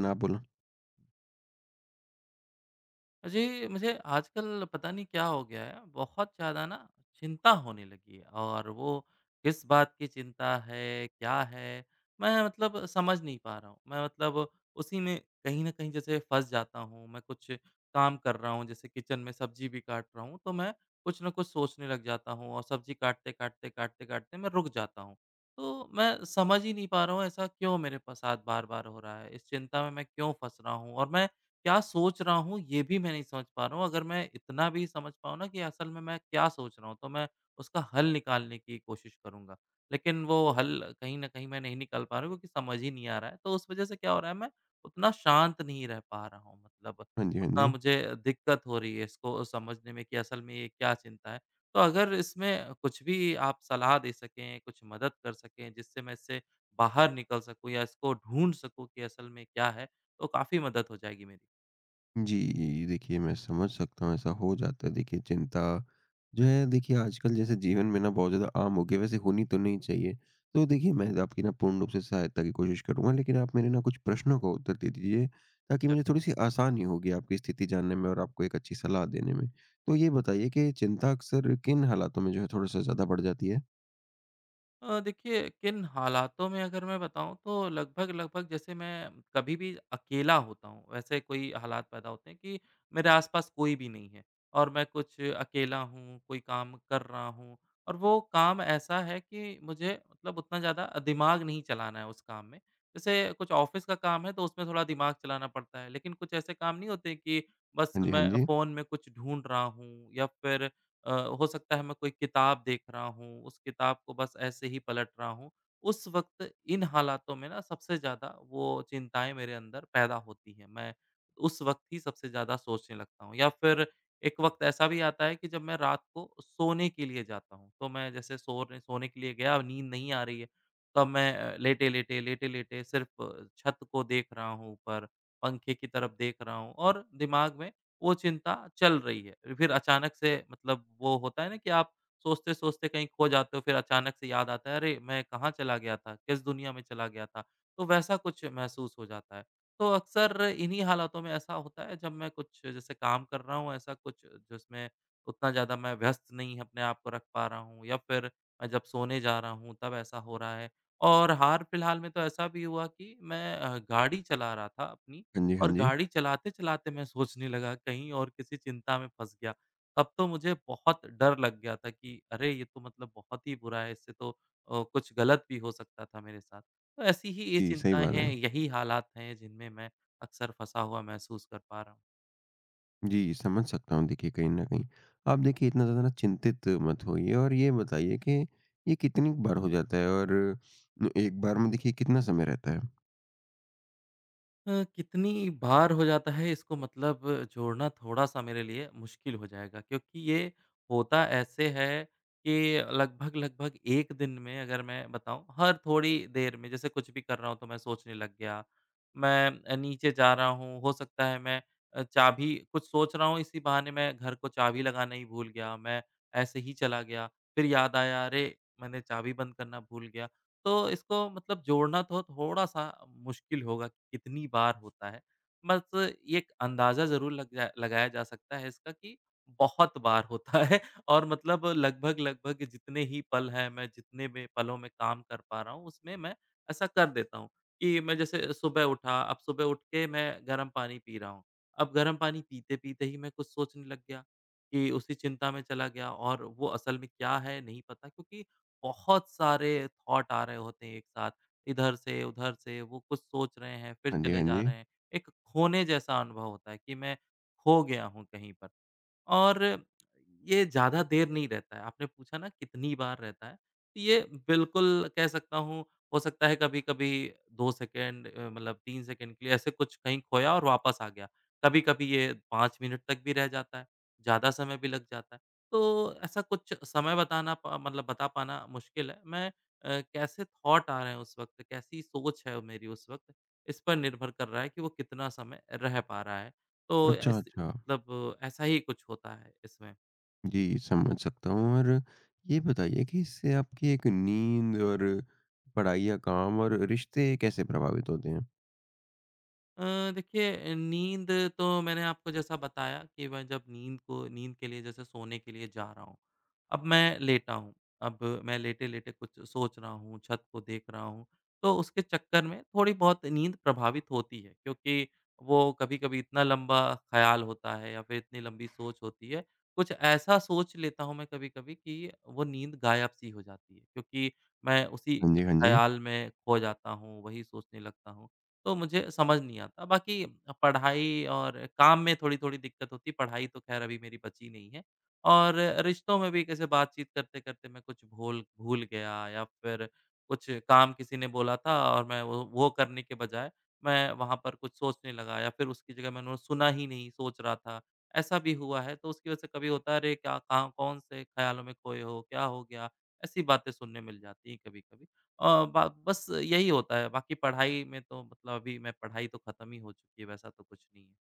ना बोला। जी, मुझे आजकल पता नहीं क्या हो गया है, बहुत ज़्यादा ना चिंता होने लगी है और वो किस बात की चिंता है, क्या है, मैं मतलब समझ नहीं पा रहा हूँ। मैं मतलब उसी में कहीं न कहीं जैसे फँस जाता हूँ, मैं कुछ काम कर रहा हूँ, जैसे किचन में सब्ज़ी भी काट रहा हूँ, तो मैं कुछ न कुछ सोचने लग जाता हूँ और सब्ज़ी काटते, काटते, काटते, काटते मैं रुक जाता हूँ। तो मैं समझ ही नहीं पा रहा हूँ, ऐसा क्यों मेरे प साथ बार-बार हो रहा है? इस चिंता में मैं क्यों फँस रहा हूँ? और मैं क्या सोच रहा हूँ, ये भी मैं नहीं समझ पा रहा हूँ। अगर मैं इतना भी समझ पाऊँ ना कि असल में मैं क्या सोच रहा हूँ, तो मैं उसका हल निकालने की कोशिश करूँगा। लेकिन वो हल कहीं न कहीं मैं नहीं निकाल पा रहा हूँ, क्योंकि समझ ही नहीं आ रहा है। तो उस वज़ह से क्या हो रहा है, मैं उतना शांत नहीं रह पा रहा हूँ। मतलब हाँ जी, हाँ उतना जी। मुझे दिक्कत हो रही है इसको समझने में कि असल में ये क्या चिंता है। तो अगर इसमें कुछ भी आप सलाह दे सकें, कुछ मदद कर सकें, जिससे मैं इससे बाहर निकल सकूँ या इसको ढूँढ सकूँ कि असल में क्या है, तो काफ़ी मदद हो जाएगी मेरी। जी, देखिए मैं समझ सकता हूँ ऐसा हो जाता है। देखिए चिंता जो है देखिए आजकल जैसे जीवन में ना बहुत ज़्यादा आम हो गई है, वैसे होनी तो नहीं चाहिए। तो देखिए मैं आपकी ना पूर्ण रूप से सहायता की कोशिश करूँगा, लेकिन आप मेरे ना कुछ प्रश्नों का उत्तर दे दीजिए ताकि मुझे ज़रूर। थोड़ी-सी आसानी होगी आपकी स्थिति जानने में और आपको एक अच्छी सलाह देने में। तो ये बताइए कि चिंता अक्सर किन हालातों में जो है थोड़ा-सा ज़्यादा बढ़ जाती है? देखिए किन हालातों में अगर मैं बताऊँ तो लगभग-लगभग जैसे मैं कभी भी अकेला होता हूँ, वैसे कोई हालात पैदा होते हैं कि मेरे आस-पास कोई भी नहीं है और मैं कुछ अकेला हूँ, कोई काम कर रहा हूँ और वो काम ऐसा है कि मुझे मतलब उतना ज़्यादा दिमाग नहीं चलाना है उस काम में। जैसे कुछ ऑफ़िस का काम है तो उसमें थोड़ा दिमाग चलाना पड़ता है, लेकिन कुछ ऐसे काम नहीं होते कि बस हाँ जी, हाँ मैं जी। फ़ोन में कुछ ढूँढ रहा हूँ या फिर अ, हो सकता है मैं कोई किताब देख रहा हूँ, उस किताब को बस ऐसे ही पलट रहा हूँ। उस वक़्त इन हालातों में ना सबसे ज़्यादा वो चिंताएँ मेरे अंदर पैदा होती हैं। मैं उस वक़्त ही सबसे ज़्यादा सोचने लगता हूँ या फिर एक वक़्त ऐसा भी आता है कि जब मैं रात को सोने के लिए जाता हूँ, तो मैं जैसे सोने सोने के लिए गया, नींद नहीं आ रही है, तब मैं लेटे-लेटे सिर्फ़ छत को देख रहा हूँ ऊपर, पंखे की तरफ देख रहा हूँ और दिमाग में वो चिंता चल रही है। फिर अचानक से मतलब वो होता है ना कि आप सोचते-सोचते कहीं खो जाते हो, फिर अचानक से याद आता है, "अरे! मैं कहाँ चला गया था? किस दुनिया में चला गया था?" तो वैसा कुछ महसूस हो जाता है। तो अक्सर इन्हीं हालातों में ऐसा होता है जब मैं कुछ जैसे काम कर रहा हूँ, ऐसा कुछ जिसमें उतना ज़्यादा मैं व्यस्त नहीं अपने आप को रख पा रहा हूँ या फिर मैं जब सोने जा रहा हूँ तब ऐसा हो रहा है। और हाल-फिलहाल में तो ऐसा भी हुआ कि मैं गाड़ी चला रहा था अपनी हाँ जी, हाँ और जी। गाड़ी चलाते-चलाते मैं सोचने लगा कहीं और किसी चिंता में फँस गया। तब तो मुझे बहुत डर लग गया था कि अरे! ये तो मतलब बहुत ही बुरा है, इससे तो कुछ गलत भी हो सकता था मेरे साथ। तो ऐसी ही ये जी, सही चिंताएँ बात है। हैं, यही हालात हैं जिनमें मैं अक्सर फँसा हुआ महसूस कर पा रहा हूँ। जी, समझ सकता हूँ देखिए, कहीं न कहीं। आप देखिए इतना ज़्यादा ना चिंतित मत होइए और ये बताइए कि ये कितनी बार हो जाता है और एक बार में देखिए कितना समय रहता है? कितनी बार हो जाता है इसको मतलब जोड़ना थोड़ा-सा मेरे लिए मुश्किल हो जाएगा क्योंकि ये होता ऐसे है कि लगभग-लगभग 1 दिन में अगर मैं बताऊँ, हर थोड़ी देर में जैसे कुछ भी कर रहा हूँ तो मैं सोचने लग गया। मैं नीचे जा रहा हूँ, हो सकता है मैं चाबी कुछ सोच रहा हूँ इसी बहाने मैं घर को चाबी लगाना ही भूल गया, मैं ऐसे ही चला गया। फिर याद आया अरे! मैंने चाबी बंद करना भूल गया। तो इसको मतलब जोड़ना तो थोड़ा-सा मुश्किल होगा कि कितनी बार होता है। बस ये एक अंदाज़ा ज़रूर लग जाए लगाया जा सकता है इसका कि बहुत बार होता है और मतलब लगभग-लगभग जितने ही पल हैं, मैं जितने में पलों में काम कर पा रहा हूँ, उसमें मैं ऐसा कर देता हूँ कि मैं जैसे सुबह उठा, अब सुबह उठ के मैं गर्म पानी पी रहा हूँ। अब गर्म पानी पीते-पीते ही मैं कुछ सोचने लग गया कि उसी चिंता में चला गया और वो असल में क्या है, नहीं पता क्योंकि बहुत सारे थॉट आ रहे होते हैं एक साथ, इधर से, उधर से, वो कुछ सोच रहे हैं, फिर हाँ जी, हाँ चले जा जी। रहे हैं। एक खोने जैसा अनुभव होता है कि मैं खो गया हूँ कहीं पर। और ये ज़्यादा देर नहीं रहता है। आपने पूछा ना कितनी बार रहता है, तो ये बिल्कुल कह सकता हूँ, हो सकता है कभी-कभी 2 सेकंड मतलब 3 सेकंड के लिए ऐसे कुछ कहीं खोया और वापस आ गया। कभी-कभी ये 5 मिनट तक भी रह जाता है, ज़्यादा समय भी लग जाता है। तो ऐसा कुछ समय बताना प मतलब बता पाना मुश्किल है। मैं कैसे थॉट आ रहे हैं उस वक़्त, कैसी सोच है मेरी उस वक़्त, इस पर निर्भर कर रहा है कि वो कितना समय रह पा रहा है। तो अच्छा, ऐसे अच्छा। मतलब ऐसा ही कुछ होता है इसमें। जी, समझ सकता हूँ। और ये बताइए कि इससे आपकी एक नींद और पढ़ाई या काम और रिश्ते कैसे प्रभावित होते हैं? देखिए नींद तो मैंने आपको जैसा बताया कि मैं जब नींद को नींद के लिए जैसे सोने के लिए जा रहा हूँ, अब मैं लेटा हूँ। अब मैं लेटे-लेटे कुछ सोच रहा हूँ, छत को देख रहा हूँ, तो उसके चक्कर में थोड़ी बहुत नींद प्रभावित होती है क्योंकि वो कभी-कभी इतना लंबा ख़्याल होता है या फिर इतनी लंबी सोच होती है। कुछ ऐसा सोच लेता हूँ मैं कभी-कभी कि वो नींद गायब-सी हो जाती है क्योंकि मैं उसी हाँ जी, हाँ जी। ख़्याल में खो जाता हूँ, वही सोचने लगता हूँ। तो मुझे समझ नहीं आता। बाकी पढ़ाई और काम में थोड़ी-थोड़ी दिक्कत होती है, पढ़ाई तो ख़ैर अभी मेरी बची नहीं है। और रिश्तों में भी कैसे बातचीत करते-करते मैं कुछ भूल भूल गया या फिर कुछ काम किसी ने बोला था और मैं वो करने के बजाय मैं वहाँ पर कुछ सोचने लगा या फिर उसकी जगह मैंने सुना ही नहीं, सोच रहा था। ऐसा भी हुआ है, तो उसकी वजह से कभी होता है अरे क्या कहाँ कौन से ख़्यालों में खोए हो, क्या हो गया? ऐसी बातें सुनने मिल जाती हैं कभी-कभी। अ, बा बस यही होता है, बाकी पढ़ाई में तो मतलब अभी मैं पढ़ाई तो खत्म ही हो चुकी है, वैसा तो कुछ नहीं है।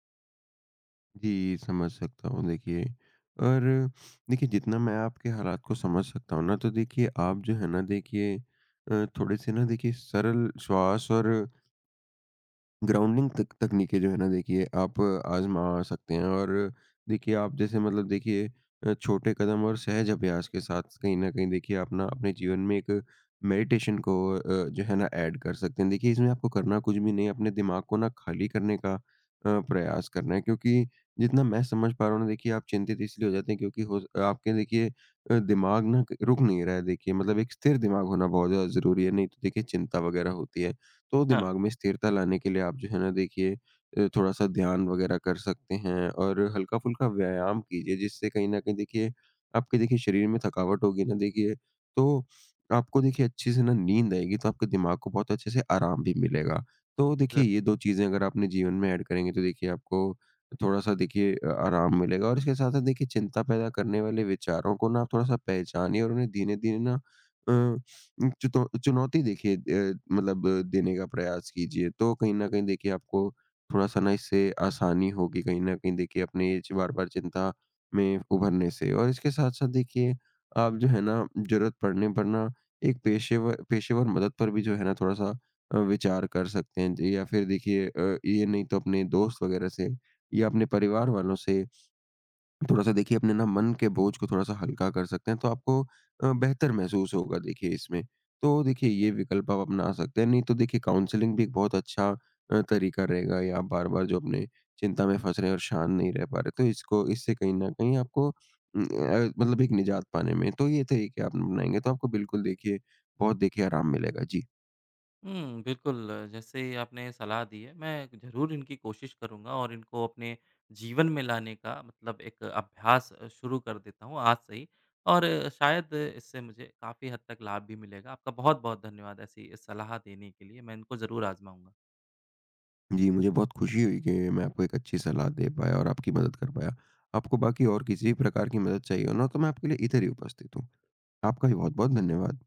जी, समझ सकता हूँ देखिए। और देखिए जितना मैं आपके हालात को समझ सकता हूँ ना, तो देखिए आप जो है ना देखिए थोड़े-से ना देखिए सरल श्वास और ग्राउंडिंग तक तकनीकें जो है ना देखिए आप आज़मा सकते हैं। और देखिए आप जैसे मतलब देखिए छोटे कदम और सहज अभ्यास के साथ कहीं न कहीं देखिए आप ना अपने जीवन में एक मेडिटेशन को जो है ना ऐड कर सकते हैं। देखिए इसमें आपको करना कुछ भी नहीं है, अपने दिमाग को ना खाली करने का प्रयास करना है, क्योंकि जितना मैं समझ पा रहा हूँ ना, देखिए आप चिंतित इसलिए हो जाते हैं, क्योंकि हो आपके देखिए दिमाग ना रुक नहीं रहा है। देखिए मतलब एक स्थिर दिमाग होना बहुत ज़्यादा ज़रूरी है, नहीं तो देखिए चिंता वग़ैरह होती है। तो हाँ, दिमाग में स्थिरता लाने के लिए आप जो है ना देखिए थोड़ा-सा ध्यान वगैरह कर सकते हैं और हल्का-फुल्का व्यायाम कीजिए, जिससे कहीं न कहीं देखिए आपके देखिए शरीर में थकावट होगी ना देखिए, तो आपको देखिए अच्छे से ना नींद आएगी, तो आपके दिमाग को बहुत अच्छे से आराम भी मिलेगा। तो देखिए ज़रूर, ये 2 चीज़ें अगर आप अपने जीवन में ऐड करेंगे, तो देखिए आपको थोड़ा-सा देखिए आराम मिलेगा। और इसके साथ-साथ देखिए चिंता पैदा करने वाले विचारों को ना आप थोड़ा-सा पहचानिए और उन्हें धीरे-धीरे ना अ चुनौती देखिए मतलब देने का प्रयास कीजिए, तो कहीं न कहीं देखिए आपको थोड़ा-सा ना इससे आसानी होगी, कहीं न कहीं देखिए अपने ये बार-बार चिंता में उभरने से। और इसके साथ-साथ देखिए आप जो है ना ज़रूरत पड़ने पर ना एक पेशेवर पेशेवर मदद पर भी जो है ना थोड़ा-सा विचार कर सकते हैं। या फिर देखिए ये नहीं तो अपने दोस्त वगैरह से या अपने परिवार वालों से थोड़ा-सा देखिए अपने ना मन के बोझ को थोड़ा-सा हल्का कर सकते हैं, तो आपको बेहतर महसूस होगा देखिए इसमें। तो देखिए ठीक है। ये विकल्प आप अपना सकते हैं, नहीं तो देखिए काउंसलिंग भी एक बहुत अच्छा तरीका रहेगा, या आप बार-बार जो अपने चिंता में फँस रहे हैं और शांत नहीं रह पा रहे, तो इसको, इससे कहीं न कहीं आपको मतलब एक निजात पाने में, तो ये तरीके आप अपनाएँगे तो आपको बिल्कुल देखिए बहुत देखिए आराम मिलेगा। जी। बिल्कुल जैसे आपने सलाह दी है, मैं ज़रूर इनकी कोशिश करूँगा और इनको अपने जीवन में लाने का मतलब एक अभ्यास शुरू कर देता हूँ आज से ही और शायद इससे मुझे काफ़ी हद तक लाभ भी मिलेगा। आपका बहुत-बहुत धन्यवाद ऐसी सलाह देने के लिए, मैं इनको ज़रूर आज़माऊँगा। जी, मुझे बहुत खुशी हुई कि मैं आपको एक अच्छी सलाह दे पाया और आपकी मदद कर पाया। आपको बाकी और किसी भी प्रकार की मदद चाहिए हो ना, तो मैं आपके लिए इधर ही उपस्थित हूँ। आपका भी बहुत-बहुत धन्यवाद।